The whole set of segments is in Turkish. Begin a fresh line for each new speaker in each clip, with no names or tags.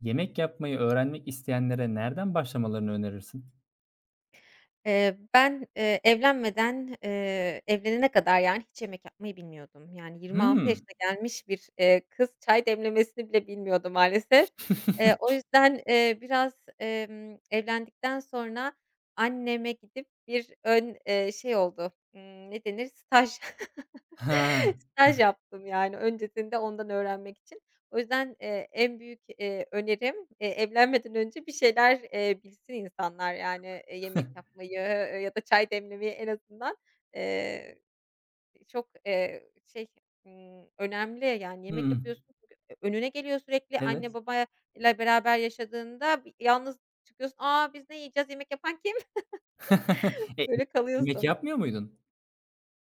Yemek yapmayı öğrenmek isteyenlere nereden başlamalarını önerirsin?
Ben, evlenene kadar yani hiç yemek yapmayı bilmiyordum. Yani 26
Hımm.
yaşına gelmiş bir, kız çay demlemesini bile bilmiyordu maalesef. O yüzden, biraz, evlendikten sonra anneme gidip bir şey oldu, ne denir, staj.
Ha.
Staj yaptım yani öncesinde ondan öğrenmek için. O yüzden, en büyük, önerim, evlenmeden önce bir şeyler, bilsin insanlar yani, yemek yapmayı ya da çay demlemeyi en azından. Eee, çok, şey, önemli yani yemek
Hımm.
yapıyorsun çünkü önüne geliyor sürekli anne
Evet.
babayla beraber yaşadığında bir yalnız çıkıyorsun. "A, biz ne yiyeceğiz? Yemek yapan kim?"
E,
Böyle
yemek
kalıyorsun.
yapmıyor muydun?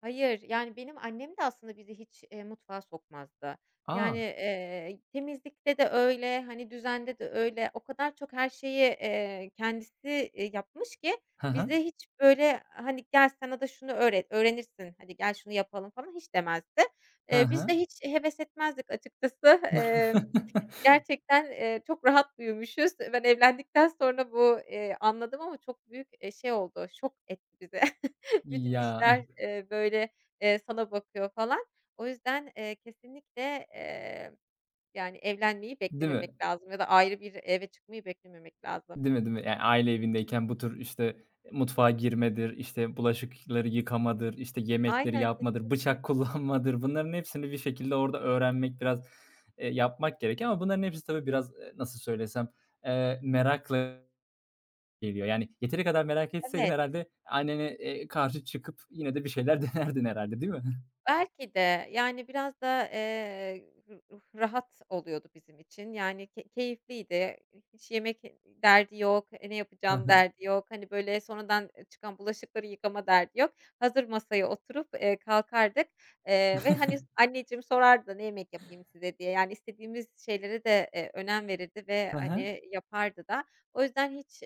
Hayır, yani, benim annem de aslında bizi hiç, mutfağa sokmazdı. Yani,
A!
temizlikte de öyle, hani, düzende de öyle. O kadar çok her şeyi, kendisi, yapmış ki
Hı hı.
bize hiç böyle, hani, "Gel sana da şunu öğret öğrenirsin, hadi gel şunu yapalım." falan hiç demezdi.
Hı
Biz
hı.
de hiç heves etmezdik açıkçası. Gerçekten, çok rahat büyümüşüz. Ben evlendikten sonra bu, anladım ama çok büyük, şey oldu, şok etti bizi. Bütün
Ya,
işler, böyle, sana bakıyor falan. O yüzden, kesinlikle, yani evlenmeyi
değil mi?
beklememek lazım ya da ayrı bir eve çıkmayı beklememek lazım.
Değil mi, değil mi? Yani aile evindeyken bu tür, işte, mutfağa girmedir, işte, bulaşıkları yıkamadır, işte, yemekleri
Aynen,
yapmadır,
kesinlikle.
bıçak kullanmadır bunların hepsini bir şekilde orada öğrenmek biraz, yapmak gerekiyor ama bunların hepsi tabii biraz, nasıl söylesem, merakla geliyor. Yani yeteri kadar merak etseydin
Evet.
herhalde annene, karşı çıkıp yine de bir şeyler denerdin herhalde, değil mi?
Belki de, yani, biraz da, rahat oluyordu bizim için. Yani, keyifliydi. Hiç yemek derdi yok, ne
Hı
yapacağım
hı.
derdi yok. Hani, böyle, sonradan, çıkan bulaşıkları yıkama derdi yok. Hazır masaya oturup, kalkardık, ve, hani, anneciğim sorardı "Ne yemek yapayım size?" diye. Yani, istediğimiz şeylere de, önem verirdi ve,
Hı hı.
hani, yapardı da. O yüzden hiç,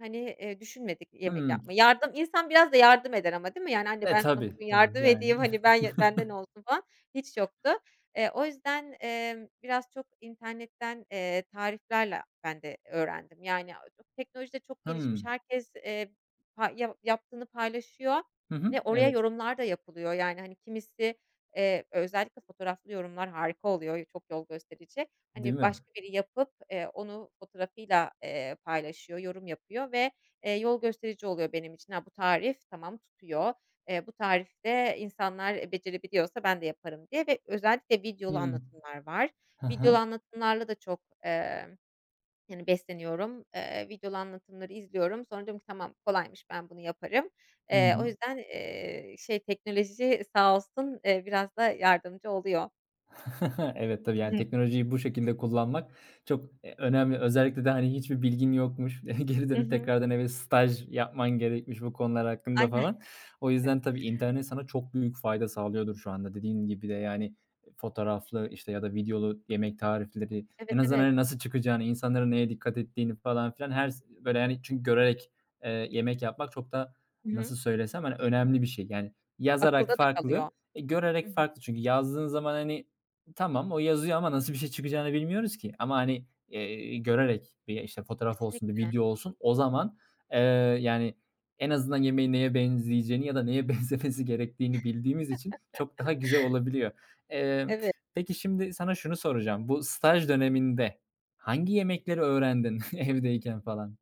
hani, düşünmedik yemek
Hımm.
yapmayı. Yardım insan biraz da yardım eder ama değil mi? Yani, "Anne,
E,
ben sana
tabii,
bugün
tabii,
yardım
yani.
edeyim, hani, ben ya benden olsun." falan hiç yoktu. O yüzden, biraz çok internetten, tariflerle ben de öğrendim. Yani, teknoloji de çok gelişmiş.
Hımm.
Herkes, ya yaptığını paylaşıyor
Hı
ve
hı.
oraya
Evet.
yorumlar da yapılıyor. Yani, hani, kimisi, özellikle fotoğraflı yorumlar harika oluyor, çok yol gösterici. Hani,
Değil mi?
başka biri yapıp, onu fotoğrafıyla, paylaşıyor, yorum yapıyor ve, yol gösterici oluyor benim için. "Ha, bu tarif tamam tutuyor. Bu tarifte insanlar, becerebiliyorsa ben de yaparım." diye ve özellikle videolu
Hımm.
anlatımlar var.
Hı
Videolu
hı.
anlatımlarla da çok, yani, besleniyorum. Videolu anlatımları izliyorum. Sonra diyorum ki, "Tamam, kolaymış, ben bunu yaparım."
Hı
O
hı.
yüzden, şey, teknoloji sağ olsun, biraz da yardımcı oluyor.
Evet, tabii, yani, teknolojiyi bu şekilde kullanmak çok, önemli. Özellikle de, hani, hiçbir bilgin yokmuş, geri
Hı
dönüp
hı.
tekrardan eve staj yapman gerekmiş bu konular hakkında
Aynen.
falan. O yüzden tabii internet sana çok büyük fayda sağlıyordur şu anda. Dediğin gibi de, yani, fotoğraflı, işte, ya da videolu yemek tarifleri,
Evet,
en azından,
evet.
hani, nasıl çıkacağını, insanların neye dikkat ettiğini falan filan her böyle, yani, çünkü görerek, yemek yapmak çok da
Hı hı.
nasıl söylesem, hani, önemli bir şey. Yani,
Akılda
yazarak
da kalıyor.
farklı, e,
Hı
görerek
hı.
farklı. Çünkü yazdığın zaman, hani, tamam, o yazıyor ama nasıl bir şey çıkacağını bilmiyoruz ki. Ama, hani, görerek bir, işte, fotoğraf olsun, bir
Kesinlikle.
video olsun o zaman, eee, yani, en azından yemeğin neye benzeyeceğini ya da neye benzemesi gerektiğini bildiğimiz için çok daha güzel olabiliyor. Emm,
Evet.
peki şimdi sana şunu soracağım. Bu staj döneminde hangi yemekleri öğrendin evdeyken falan?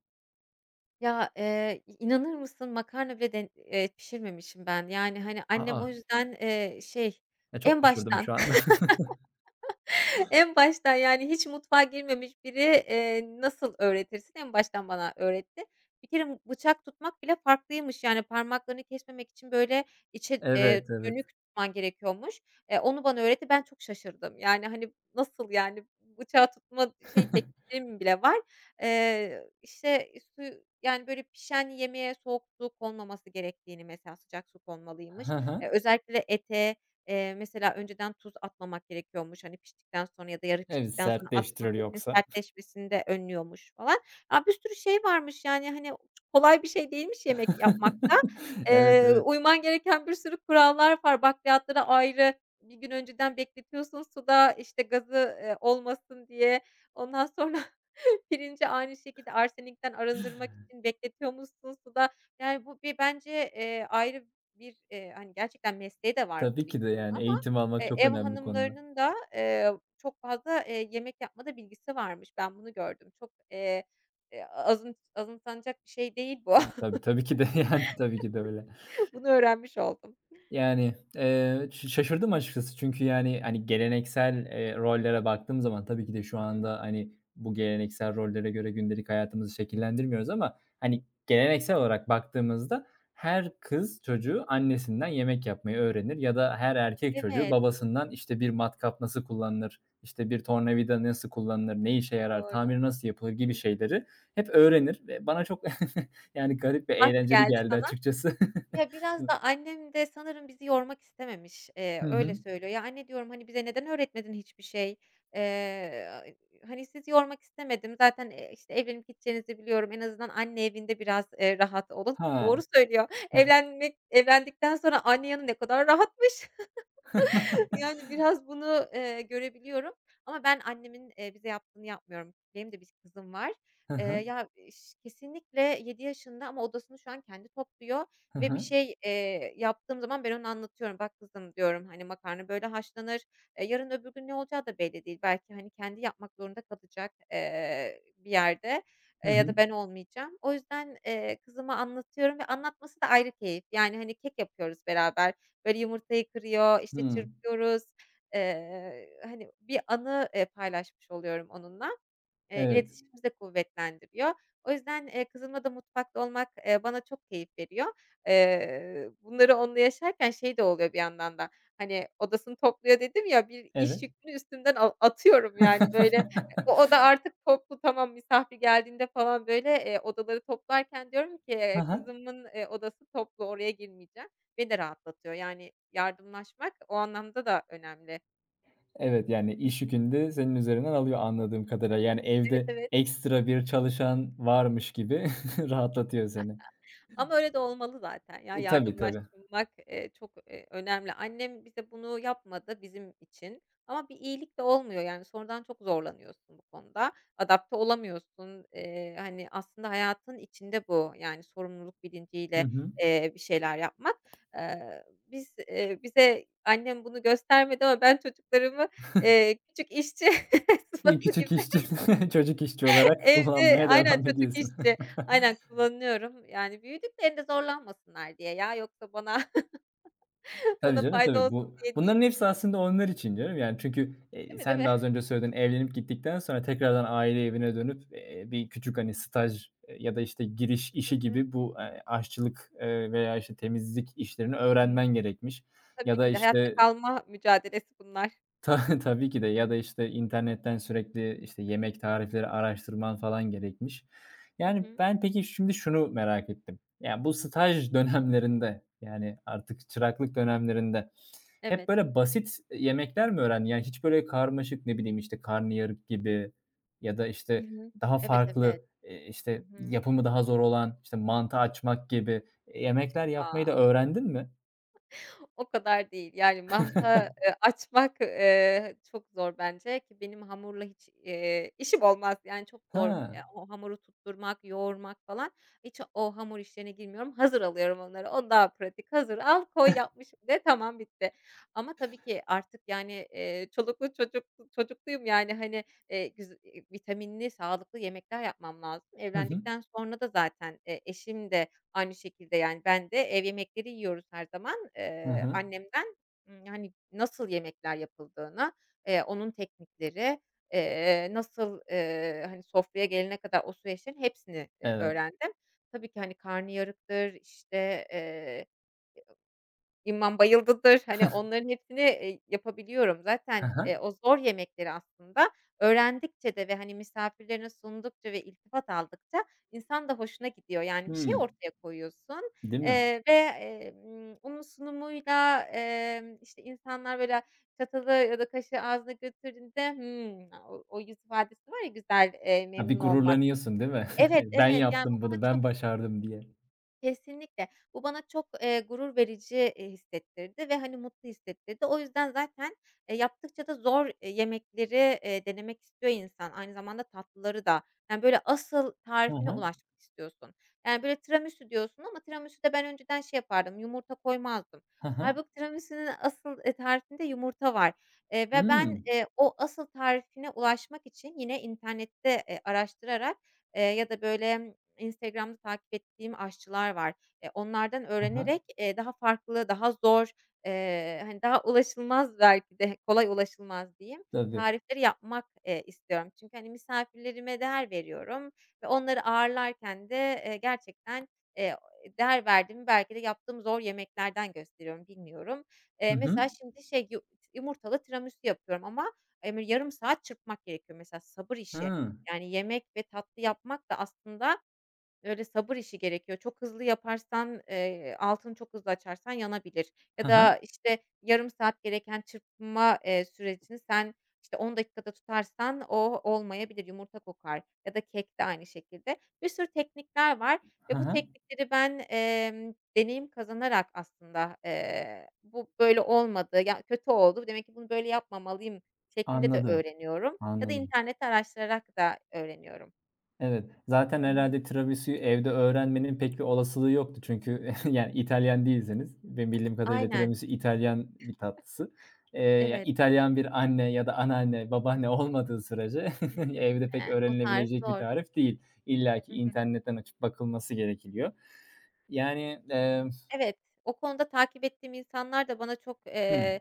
Ya, inanır mısın makarna bile den pişirmemişim ben. Yani, hani, annem o
A!
yüzden, şey,
Ya, çok
en
şaşırdım
baştan
şu anda.
en baştan, yani, hiç mutfağa girmemiş biri, nasıl öğretirsin? En baştan bana öğretti. Bir kere bıçak tutmak bile farklıymış, yani, parmaklarını kesmemek için, böyle, içe,
Evet, evet.
dönük tutman gerekiyormuş. Onu bana öğretti. Ben çok şaşırdım. Yani, hani, nasıl, yani, bıçağı tutma şey tekniğim bile var. İşte, su yani, böyle, pişen yemeğe soğuk su konmaması gerektiğini, mesela, sıcak su konmalıymış.
Hı
Eee,
hı.
özellikle ete, mesela önceden tuz atmamak gerekiyormuş, hani, piştikten sonra ya da yarı
Evet,
piştikten sonra atmak
sertleştirir
etin
yoksa.
sertleşmesini de önlüyormuş falan. Ya, bir sürü şey varmış, yani, hani, kolay bir şey değilmiş yemek yapmak da.
Evet,
Eee,
evet.
uyman gereken bir sürü kurallar var. Bakliyatları ayrı, bir gün önceden bekletiyorsun suda, işte, gazı, olmasın diye. Ondan sonra pirinci aynı şekilde arsenikten arındırmak için bekletiyormuşsun suda. Yani, bu bir bence, ayrı bir, hani, gerçekten mesleği de var
Tabii
tabii
ki
ki
de
bunun
yani
ama,
eğitim almak çok
ev
önemli bu konuda.
hanımlarının da, çok fazla, yemek yapmada bilgisi varmış. Ben bunu gördüm. Çok, azımsanacak bir şey değil bu.
T tabii, tabii ki de yani tabii ki de öyle.
Bunu öğrenmiş oldum.
Yani, ş şaşırdım açıkçası çünkü, yani, hani, geleneksel, rollere baktığım zaman tabii ki de
Hı
şu
hı.
anda, hani, bu geleneksel rollere göre gündelik hayatımızı şekillendirmiyoruz ama, hani, geleneksel olarak baktığımızda her kız çocuğu annesinden yemek yapmayı öğrenir ya da her erkek çocuğu
Evet,
babasından, işte, bir matkap nasıl kullanılır, işte, bir tornavida nasıl kullanılır, ne işe yarar,
doğru.
tamiri nasıl yapılır
Hı
gibi
hı.
şeyleri hep öğrenir ve bana çok, yani, garip ve
Farklı
eğlenceli
geldi
geldi
sana.
açıkçası.
Ya, biraz da annem de sanırım bizi yormak istememiş,
Hı
öyle
hı.
söylüyor. "Ya, anne," diyorum, "hani, bize neden öğretmedin hiçbir şey? Eee, hani, sizi yormak istemedim. Zaten, işte, evlenip gideceğinizi biliyorum. En azından anne evinde biraz, rahat olun."
Ha.
Doğru söylüyor. Evlendikten sonra anne yanı ne kadar rahatmış. Yani, biraz bunu, görebiliyorum ama ben annemin, bize yaptığını yapmıyorum. Benim de bir kızım var.
Hı
Eee,
hı.
ya, iş kesinlikle 7 yaşında ama odasını şu an kendi topluyor
Hı
ve bir
hı.
şey, yaptığım zaman ben onu anlatıyorum. "Bak kızım," diyorum, "hani, makarna böyle haşlanır. Yarın öbür gün ne olacağı da belli değil. Belki, hani, kendi yapmak zorunda kalacak, bir yerde,
Hı
ya
hı.
da ben olmayacağım." O yüzden, kızıma anlatıyorum ve anlatması da ayrı keyif. Yani, hani, kek yapıyoruz beraber. Böyle yumurtayı kırıyor, işte,
Hımm.
çırpıyoruz. Hani, bir anı, paylaşmış oluyorum onunla.
Evet.
İletişimimizi de kuvvetlendiriyor. O yüzden, kızımla da mutfakta olmak, bana çok keyif veriyor. Bunları onunla yaşarken şey de oluyor bir yandan da, hani, odasını topluyor dedim ya, bir iş
Evet.
yükünü üstümden atıyorum yani, böyle, o oda artık toplu, tamam, misafir geldiğinde falan, böyle, odaları toplarken diyorum ki,
Hı hı.
kızımın, odası toplu, oraya girmeyeceğim. Beni de rahatlatıyor. Yani yardımlaşmak o anlamda da önemli.
Evet, yani,
Hı
iş
hı.
yükünü de senin üzerinden alıyor anladığım kadarıyla. Yani,
Evet,
evde
evet.
ekstra bir çalışan varmış gibi rahatlatıyor seni.
Ama öyle de olmalı zaten ya,
E, tabii, tabii.
yardımlaşmak, çok, önemli. Annem bize bunu yapmadı bizim için ama bir iyilik de olmuyor yani sonradan çok zorlanıyorsun bu konuda. Adapte olamıyorsun. Hani, aslında hayatın içinde bu yani sorumluluk
Hı
bilinciyle,
hı.
bir şeyler yapmak. Bize annem bunu göstermedi ama ben çocuklarımı, küçük işçi
Bir
sıfatı gibi.
küçük işçi, çocuk işçi olarak
Evde
kullanmaya
aynen
devam
çocuk
ediyorsun.
işçi. Aynen kullanıyorum. Yani büyüdüklerinde zorlanmasınlar diye ya, yoksa bana
Tabii
bana
canım,
fayda
tabii.
olsun
Bu
diye değil.
bunların hepsi aslında onlar için canım. Yani çünkü,
Değil mi, değil
sen de
mi?
az önce söyledin, evlenip gittikten sonra tekrardan aile evine dönüp, bir küçük, hani, staj, ya da, işte, giriş
Hı
işi
hı.
gibi bu, aşçılık, veya, işte, temizlik işlerini
Hı hı.
öğrenmen gerekmiş
Tabii
ya da,
ki de hayatta
işte,
kalma mücadelesi bunlar.
Tabii ki de ya da, işte, internetten sürekli, işte, yemek tarifleri araştırman falan gerekmiş.
Hı
Yani,
hı.
ben peki şimdi şunu merak ettim. Ya, bu staj dönemlerinde, yani, artık çıraklık dönemlerinde hep
Evet.
böyle basit yemekler mi öğrendin? Yani, hiç böyle karmaşık, ne bileyim, işte, karnıyarık gibi ya da,
Hı
işte,
hı.
daha
Evet, evet.
farklı,
Hı
işte,
hı.
yapımı daha zor olan, işte, mantı açmak gibi yemekler
A!
yapmayı da öğrendin mi?
O kadar değil. Yani mantığa, açmak, çok zor bence ki benim hamurla hiç, işim olmaz. Yani çok zor,
Ha.
ya, o hamuru tutturmak, yoğurmak falan. Hiç o hamur işlerine girmiyorum. Hazır alıyorum onları. O daha pratik. Hazır al, koy, yapmışım de, tamam, bitti. Ama tabii ki artık, yani, çoluklu çocuklu çocukluyum, yani, hani, güz vitaminli, sağlıklı yemekler yapmam lazım.
Hı hı.
Evlendikten sonra da zaten, eşim de, aynı şekilde, yani, ben de ev yemekleri yiyoruz her zaman.
Hı
Eee,
hı.
annemden, hani, nasıl yemekler yapıldığını, onun teknikleri, nasıl, hani, sofraya gelene kadar o süreçlerin hepsini,
Evet.
öğrendim. Tabii ki, hani, karnıyarıktır, işte, İmam Bayıldı'dır, hani, onların hepsini, yapabiliyorum.
Hı
Zaten,
hı.
o zor yemekleri aslında öğrendikçe de ve, hani, misafirlerine sundukça ve iltifat aldıkça insan da hoşuna gidiyor. Yani, bir şey
Hımm.
ortaya koyuyorsun,
Değil mi?
ve, onun sunumuyla, işte, insanlar, böyle, çatalı ya da kaşığı ağzına götürdüğünde, o o yüz ifadesi var ya güzel,
Ha, bir
memnun olmak.
gururlanıyorsun, değil mi?
Evet,
"Ben
evet, yani, bu
yaptım
bana
bunu,
çok.
ben başardım." diye.
Kesinlikle. Bu bana çok, gurur verici, hissettirdi ve, hani, mutlu hissettirdi. O yüzden zaten, yaptıkça da zor, yemekleri, denemek istiyor insan. Aynı zamanda tatlıları da. Yani, böyle, asıl
Hı
tarifine
hı.
ulaşmak istiyorsun. Yani, böyle, tiramisu diyorsun ama tiramisu'da ben önceden şey yapardım, yumurta koymazdım.
Hı hı.
Hâlbuki tiramisu'nun asıl, tarifinde yumurta var, ve ben,
Hımm.
o asıl tarifine ulaşmak için yine internette, araştırarak, ya da, böyle, Instagram'da takip ettiğim aşçılar var. Onlardan
Hı hı.
öğrenerek, daha farklı, daha zor, hani, daha ulaşılmaz belki de, kolay ulaşılmaz diyeyim,
Tabii.
tarifleri yapmak, istiyorum. Çünkü, hani, misafirlerime değer veriyorum ve onları ağırlarken de, gerçekten, eee, değer verdiğimi belki de yaptığım zor yemeklerden gösteriyorum, bilmiyorum.
Hı
Mesela
hı.
şimdi şey, yumurtalı tiramisu yapıyorum ama, yarım saat çırpmak gerekiyor mesela, sabır işi.
Hıı.
Yani yemek ve tatlı yapmak da aslında öyle sabır işi gerekiyor. Çok hızlı yaparsan, altını çok hızlı açarsan yanabilir ya
Hı hı.
da, işte, yarım saat gereken çırpma, sürecini sen, işte, 10 dakikada tutarsan o olmayabilir, yumurta kokar ya da kek de aynı şekilde. Bir sürü teknikler var
Hı
ve bu
hı.
teknikleri ben, deneyim kazanarak aslında, bu böyle olmadı, ya, kötü oldu, demek ki bunu böyle yapmamalıyım şeklinde de
Anladım,
öğreniyorum ya da
anladım.
internette araştırarak da öğreniyorum.
Evet, zaten
Hı hı.
herhâlde tiramisu'yu evde öğrenmenin pek bir olasılığı yoktu çünkü yani İtalyan değilseniz, benim bildiğim kadarıyla
Aynen,
tiramisu İtalyan bir tatlısı. Ya,
evet.
İtalyan bir anne ya da anneanne, babaanne olmadığı sürece evde pek
Kesinlikle. O tarif
öğrenilebilecek bir
zor.
tarif değil. İllaki
Hı.
internetten açıp bakılması gerekiliyor. Yani, emm.
Evet, o konuda takip ettiğim insanlar da bana çok,
Hımm.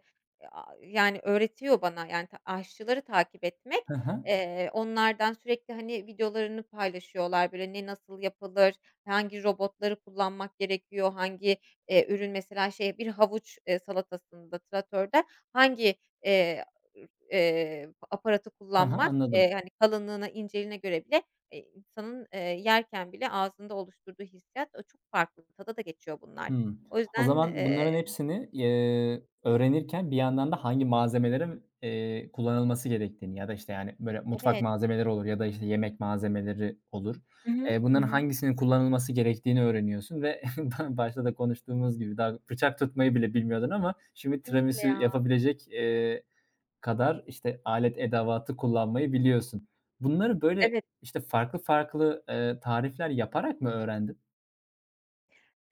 yani, öğretiyor bana, yani, aşçıları takip etmek.
Hı hı.
Onlardan sürekli, hani, videolarını paylaşıyorlar, böyle, ne nasıl yapılır, hangi robotları kullanmak gerekiyor, hangi, ürün mesela şey bir havuç, salatasında tratörde hangi, eee, aparatı
Hı hı,
kullanmak,
anladım.
hani, kalınlığına, inceliğine göre bile, insanın, yerken bile ağzında oluşturduğu hissiyat, o çok farklı, tada da geçiyor bunlar.
Hımm.
O
O
yüzden,
zaman
eee
bunların hepsini, öğrenirken bir yandan da hangi malzemelerin, kullanılması gerektiğini ya da, işte, yani, böyle mutfak
Evet.
malzemeleri olur ya da, işte, yemek malzemeleri olur.
Hı hı. Hı
Bunların
hı.
hangisinin kullanılması gerektiğini öğreniyorsun ve ba başta da konuştuğumuz gibi daha bıçak tutmayı bile bilmiyordun ama şimdi
Kesinlikle
tiramisu
ya.
yapabilecek, kadar, işte, alet edevatı kullanmayı biliyorsun. Bunları böyle,
Evet.
işte, farklı farklı, tarifler yaparak mı öğrendin?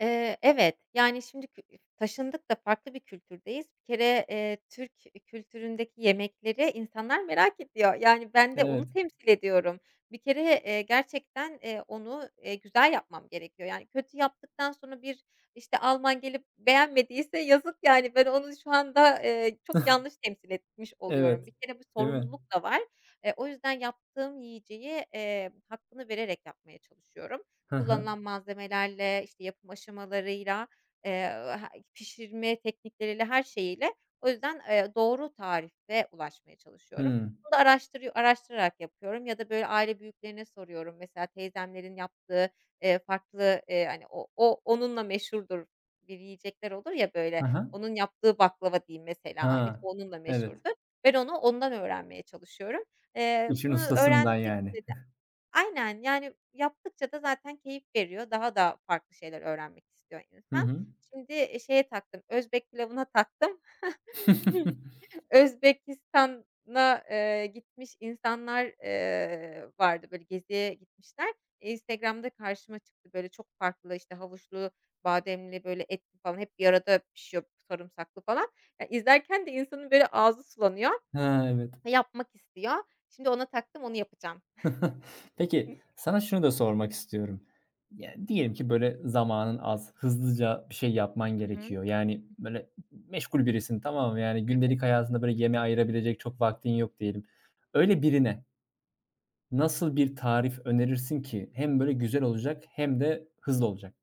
Evet, yani, şimdi taşındık da farklı bir kültürdeyiz. Bir kere, Türk kültüründeki yemekleri insanlar merak ediyor. Yani, ben de onu
Evet,
temsil ediyorum. Bir kere, gerçekten, onu, güzel yapmam gerekiyor. Yani, kötü yaptıktan sonra bir, işte, Alman gelip beğenmediyse yazık, yani. Ben onu şu anda, çok yanlış temsil etmiş oluyorum. Bir
evet.
kere bu
Değil mi?
sorumluluk da var. O yüzden yaptığım yiyeceği, hakkını vererek yapmaya çalışıyorum
Hı hı.
kullanılan malzemelerle, işte, yapım aşamalarıyla, eee, ha pişirme teknikleriyle, her şeyiyle. O yüzden, doğru tarife ulaşmaya çalışıyorum.
Hımm.
Bunu da araştırarak yapıyorum ya da, böyle, aile büyüklerine soruyorum. Mesela teyzemlerin yaptığı, farklı, hani, o o onunla meşhurdur bir yiyecekler olur ya, böyle,
Hı hı.
onun yaptığı baklava diyeyim mesela, hani,
Ha,
onunla
evet.
meşhurdur. Ben onu ondan öğrenmeye çalışıyorum.
İşin
Bunu öğren
ustasından yani.
Aynen, yani, yaptıkça da zaten keyif veriyor. Daha da farklı şeyler öğrenmek istiyor
Hı
insan.
hı.
Şimdi, şeye taktım, Özbek pilavına taktım. Özbekistan'a, gitmiş insanlar, vardı, böyle, geziye gitmişler. Instagram'da karşıma çıktı, böyle, çok farklı, işte, havuçlu, bademli, böyle, etli falan hep bir arada pişiyor, sarımsaklı falan. Ya, izlerken de insanın, böyle, ağzı sulanıyor
Ha, evet.
ve yapmak istiyor. Şimdi ona taktım, onu yapacağım.
Peki, sana şunu da sormak istiyorum. Ya, diyelim ki böyle zamanın az, hızlıca bir şey yapman gerekiyor. Yani, böyle meşgul birisin, tamam mı? Yani
Hı hı.
gündelik hayatında böyle yeme ayırabilecek çok vaktin yok diyelim. Öyle birine nasıl bir tarif önerirsin ki hem böyle güzel olacak hem de hızlı olacak?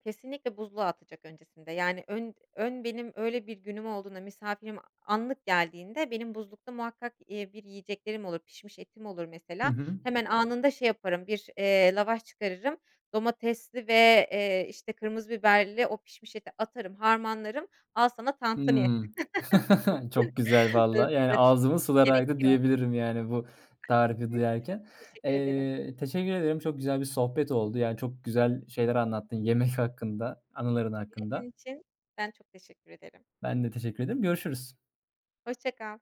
Kesinlikle buzluğa atacak öncesinde. Yani, ön ön benim öyle bir günüm olduğunda, misafirim anlık geldiğinde benim buzlukta muhakkak, bir yiyeceklerim olur, pişmiş etim olur mesela.
Hı hı.
Hemen anında şey yaparım, bir, lavaş çıkarırım, domatesli ve, işte, kırmızı biberli o pişmiş eti atarım, harmanlarım. Al sana tantuni.
Hımm. Çok güzel
Böyle
valla. Yani
pratik
ağzımın suları aktı
gerekiyor.
diyebilirim yani bu tarifi duyarken.
Teşekkür ederim.
Teşekkür ederim. Çok güzel bir sohbet oldu. Yani çok güzel şeyler anlattın yemek hakkında, anıların hakkında.
Senin için ben çok teşekkür ederim.
Ben de teşekkür ederim. Görüşürüz.
Hoşça kal.